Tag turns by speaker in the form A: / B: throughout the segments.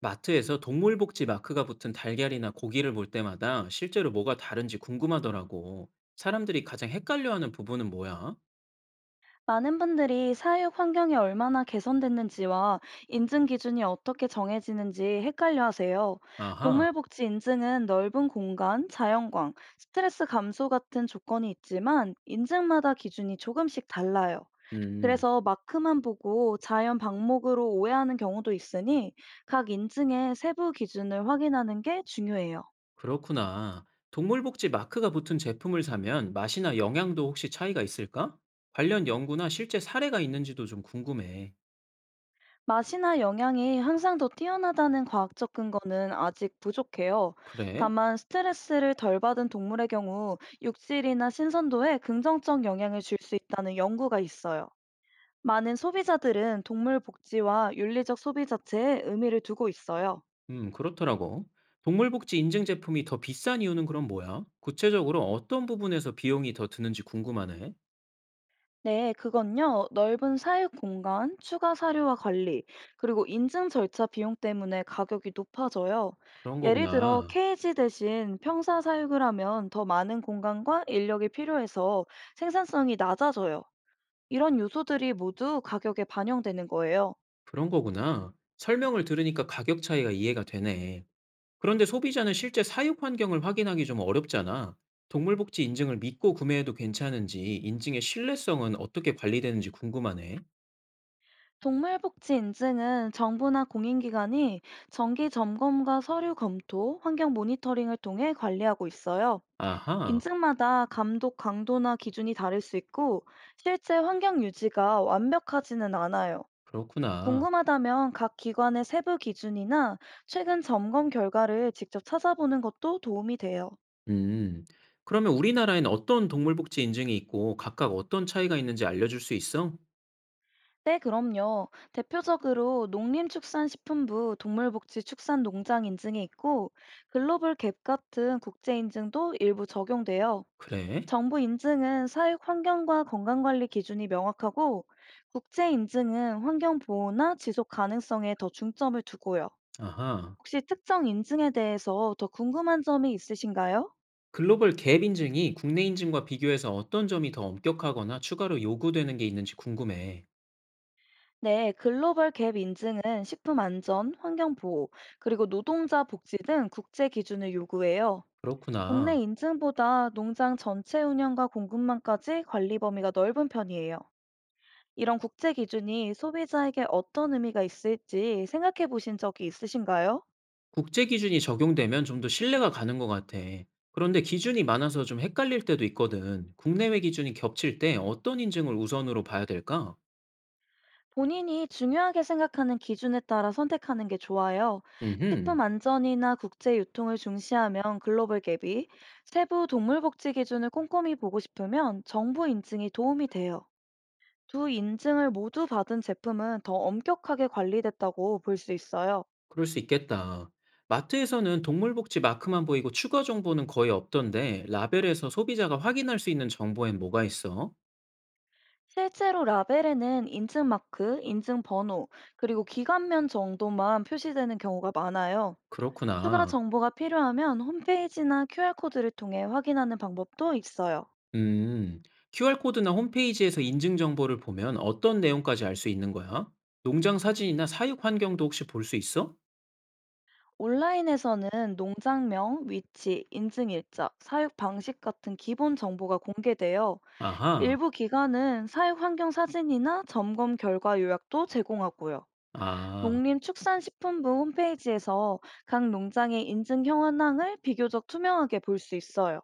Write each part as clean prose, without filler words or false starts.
A: 마트에서 동물복지 마크가 붙은 달걀이나 고기를 볼 때마다 실제로 뭐가 다른지 궁금하더라고. 사람들이 가장 헷갈려하는 부분은 뭐야?
B: 많은 분들이 사육 환경이 얼마나 개선됐는지와 인증 기준이 어떻게 정해지는지 헷갈려 하세요.
A: 아하.
B: 동물복지 인증은 넓은 공간, 자연광, 스트레스 감소 같은 조건이 있지만 인증마다 기준이 조금씩 달라요.
A: 음,
B: 그래서 마크만 보고 자연 방목으로 오해하는 경우도 있으니 각 인증의 세부 기준을 확인하는 게 중요해요.
A: 그렇구나. 동물복지 마크가 붙은 제품을 사면 맛이나 영양도 혹시 차이가 있을까? 관련 연구나 실제 사례가 있는지도 좀 궁금해.
B: 맛이나 영양이 항상 더 뛰어나다는 과학적 근거는 아직 부족해요.
A: 그래?
B: 다만 스트레스를 덜 받은 동물의 경우 육질이나 신선도에 긍정적 영향을 줄 수 있다는 연구가 있어요. 많은 소비자들은 동물 복지와 윤리적 소비 자체에 의미를 두고 있어요.
A: 그렇더라고. 동물복지 인증 제품이 더 비싼 이유는 그럼 뭐야? 구체적으로 어떤 부분에서 비용이 더 드는지 궁금하네.
B: 네, 그건요. 넓은 사육 공간, 추가 사료와 관리, 그리고 인증 절차 비용 때문에 가격이 높아져요.
A: 그런
B: 예를 들어,
A: 거구나.
B: 케이지 대신 평사 사육을 하면 더 많은 공간과 인력이 필요해서 생산성이 낮아져요. 이런 요소들이 모두 가격에 반영되는 거예요.
A: 그런 거구나. 설명을 들으니까 가격 차이가 이해가 되네. 그런데 소비자는 실제 사육 환경을 확인하기 좀 어렵잖아. 동물복지 인증을 믿고 구매해도 괜찮은지, 인증의 신뢰성은 어떻게 관리되는지 궁금하네.
B: 동물복지 인증은 정부나 공인기관이 정기 점검과 서류 검토, 환경 모니터링을 통해 관리하고 있어요.
A: 아하.
B: 인증마다 감독 강도나 기준이 다를 수 있고 실제 환경 유지가 완벽하지는 않아요.
A: 그렇구나.
B: 궁금하다면 각 기관의 세부 기준이나 최근 점검 결과를 직접 찾아보는 것도 도움이 돼요.
A: 음. 그러면 우리나라엔 어떤 동물복지 인증이 있고 각각 어떤 차이가 있는지 알려줄 수 있어?
B: 네, 그럼요. 대표적으로 농림축산식품부 동물복지축산농장 인증이 있고 글로벌 갭 같은 국제 인증도 일부 적용돼요.
A: 그래?
B: 정부 인증은 사육 환경과 건강관리 기준이 명확하고 국제 인증은 환경 보호나 지속 가능성에 더 중점을 두고요.
A: 아하.
B: 혹시 특정 인증에 대해서 더 궁금한 점이 있으신가요?
A: 글로벌 갭 인증이 국내 인증과 비교해서 어떤 점이 더 엄격하거나 추가로 요구되는 게 있는지 궁금해.
B: 네, 글로벌 갭 인증은 식품 안전, 환경 보호, 그리고 노동자 복지 등 국제 기준을 요구해요. 국내
A: 그렇구나.
B: 인증보다 농장 전체 운영과 공급망까지 관리 범위가 넓은 편이에요. 이런 국제 기준이 소비자에게 어떤 의미가 있을지 생각해 보신 적이 있으신가요?
A: 국제 기준이 적용되면 좀 더 신뢰가 가는 것 같아. 그런데 기준이 많아서 좀 헷갈릴 때도 있거든. 국내외 기준이 겹칠 때 어떤 인증을 우선으로 봐야 될까?
B: 본인이 중요하게 생각하는 기준에 따라 선택하는 게 좋아요.
A: 음흠.
B: 식품 안전이나 국제 유통을 중시하면 글로벌 갭이, 세부 동물 복지 기준을 꼼꼼히 보고 싶으면 정부 인증이 도움이 돼요. 두 인증을 모두 받은 제품은 더 엄격하게 관리됐다고 볼 수 있어요.
A: 그럴 수 있겠다. 마트에서는 동물복지 마크만 보이고 추가 정보는 거의 없던데 라벨에서 소비자가 확인할 수 있는 정보엔 뭐가 있어?
B: 실제로 라벨에는 인증마크, 인증번호, 그리고 기관면 정도만 표시되는 경우가 많아요. 추가
A: 그렇구나.
B: 정보가 필요하면 홈페이지나 QR코드를 통해 확인하는 방법도 있어요.
A: 음, QR코드나 홈페이지에서 인증 정보를 보면 어떤 내용까지 알 수 있는 거야? 농장 사진이나 사육 환경도 혹시 볼 수 있어?
B: 온라인에서는 농장명, 위치, 인증일자, 사육 방식 같은 기본 정보가 공개되어
A: 아하.
B: 일부 기관은 사육 환경 사진이나 점검 결과 요약도 제공하고요.
A: 아.
B: 농림축산식품부 홈페이지에서 각 농장의 인증 현황을 비교적 투명하게 볼 수 있어요.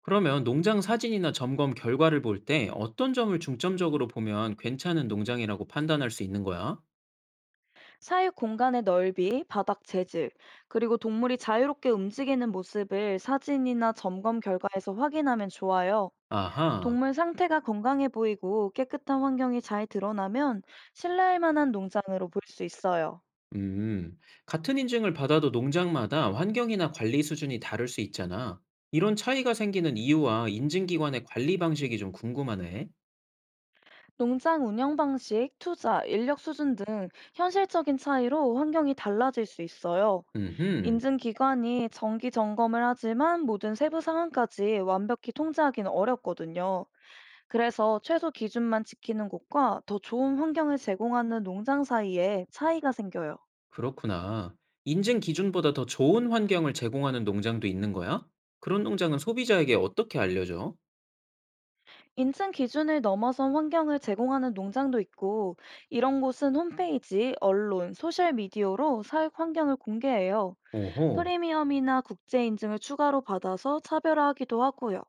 A: 그러면 농장 사진이나 점검 결과를 볼 때 어떤 점을 중점적으로 보면 괜찮은 농장이라고 판단할 수 있는 거야?
B: 사육 공간의 넓이, 바닥 재질, 그리고 동물이 자유롭게 움직이는 모습을 사진이나 점검 결과에서 확인하면 좋아요.
A: 아하.
B: 동물 상태가 건강해 보이고 깨끗한 환경이 잘 드러나면 신뢰할 만한 농장으로 볼 수 있어요.
A: 음, 같은 인증을 받아도 농장마다 환경이나 관리 수준이 다를 수 있잖아. 이런 차이가 생기는 이유와 인증기관의 관리 방식이 좀 궁금하네.
B: 농장 운영 방식, 투자, 인력 수준 등 현실적인 차이로 환경이 달라질 수 있어요.
A: 음흠.
B: 인증기관이 정기 점검을 하지만 모든 세부 상황까지 완벽히 통제하기는 어렵거든요. 그래서 최소 기준만 지키는 곳과 더 좋은 환경을 제공하는 농장 사이에 차이가 생겨요.
A: 그렇구나. 인증 기준보다 더 좋은 환경을 제공하는 농장도 있는 거야? 그런 농장은 소비자에게 어떻게 알려줘?
B: 인증 기준을 넘어선 환경을 제공하는 농장도 있고, 이런 곳은 홈페이지, 언론, 소셜미디어로 사육 환경을 공개해요.
A: 오호.
B: 프리미엄이나 국제 인증을 추가로 받아서 차별화하기도 하고요.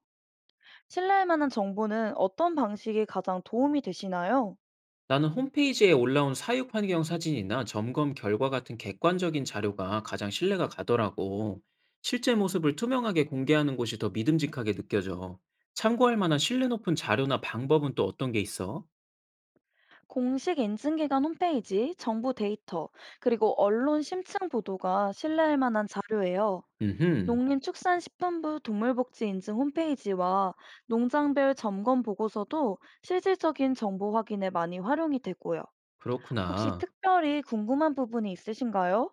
B: 신뢰할 만한 정보는 어떤 방식이 가장 도움이 되시나요?
A: 나는 홈페이지에 올라온 사육 환경 사진이나 점검 결과 같은 객관적인 자료가 가장 신뢰가 가더라고. 실제 모습을 투명하게 공개하는 곳이 더 믿음직하게 느껴져. 참고할 만한 신뢰 높은 자료나 방법은 또 어떤 게 있어?
B: 공식 인증기관 홈페이지, 정부 데이터, 그리고 언론 심층 보도가 신뢰할 만한 자료예요.
A: 음흠.
B: 농림축산식품부 동물복지 인증 홈페이지와 농장별 점검 보고서도 실질적인 정보 확인에 많이 활용이 되고요. 혹시
A: 그렇구나.
B: 특별히 궁금한 부분이 있으신가요?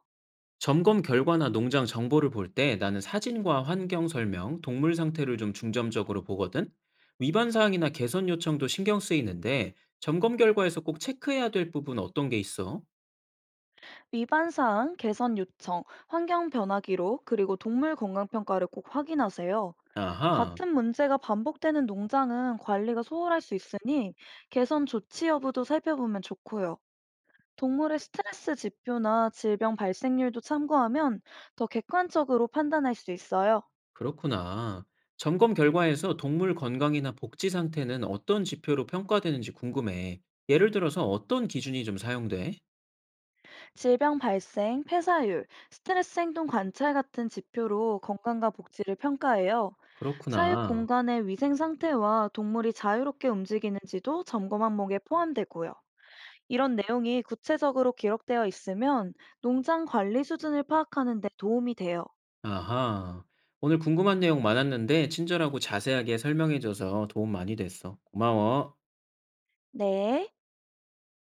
A: 점검 결과나 농장 정보를 볼 때 나는 사진과 환경 설명, 동물 상태를 좀 중점적으로 보거든? 위반 사항이나 개선 요청도 신경 쓰이는데 점검 결과에서 꼭 체크해야 될 부분 어떤 게 있어?
B: 위반 사항, 개선 요청, 환경 변화 기록, 그리고 동물 건강 평가를 꼭 확인하세요.
A: 아하.
B: 같은 문제가 반복되는 농장은 관리가 소홀할 수 있으니 개선 조치 여부도 살펴보면 좋고요. 동물의 스트레스 지표나 질병 발생률도 참고하면 더 객관적으로 판단할 수 있어요.
A: 그렇구나. 점검 결과에서 동물 건강이나 복지 상태는 어떤 지표로 평가되는지 궁금해. 예를 들어서 어떤 기준이 좀 사용돼?
B: 질병 발생, 폐사율, 스트레스 행동 관찰 같은 지표로 건강과 복지를 평가해요. 사육
A: 그렇구나.
B: 공간의 위생 상태와 동물이 자유롭게 움직이는지도 점검 항목에 포함되고요. 이런 내용이 구체적으로 기록되어 있으면 농장 관리 수준을 파악하는 데 도움이 돼요.
A: 아하. 오늘 궁금한 내용 많았는데 친절하고 자세하게 설명해줘서 도움 많이 됐어. 고마워.
B: 네.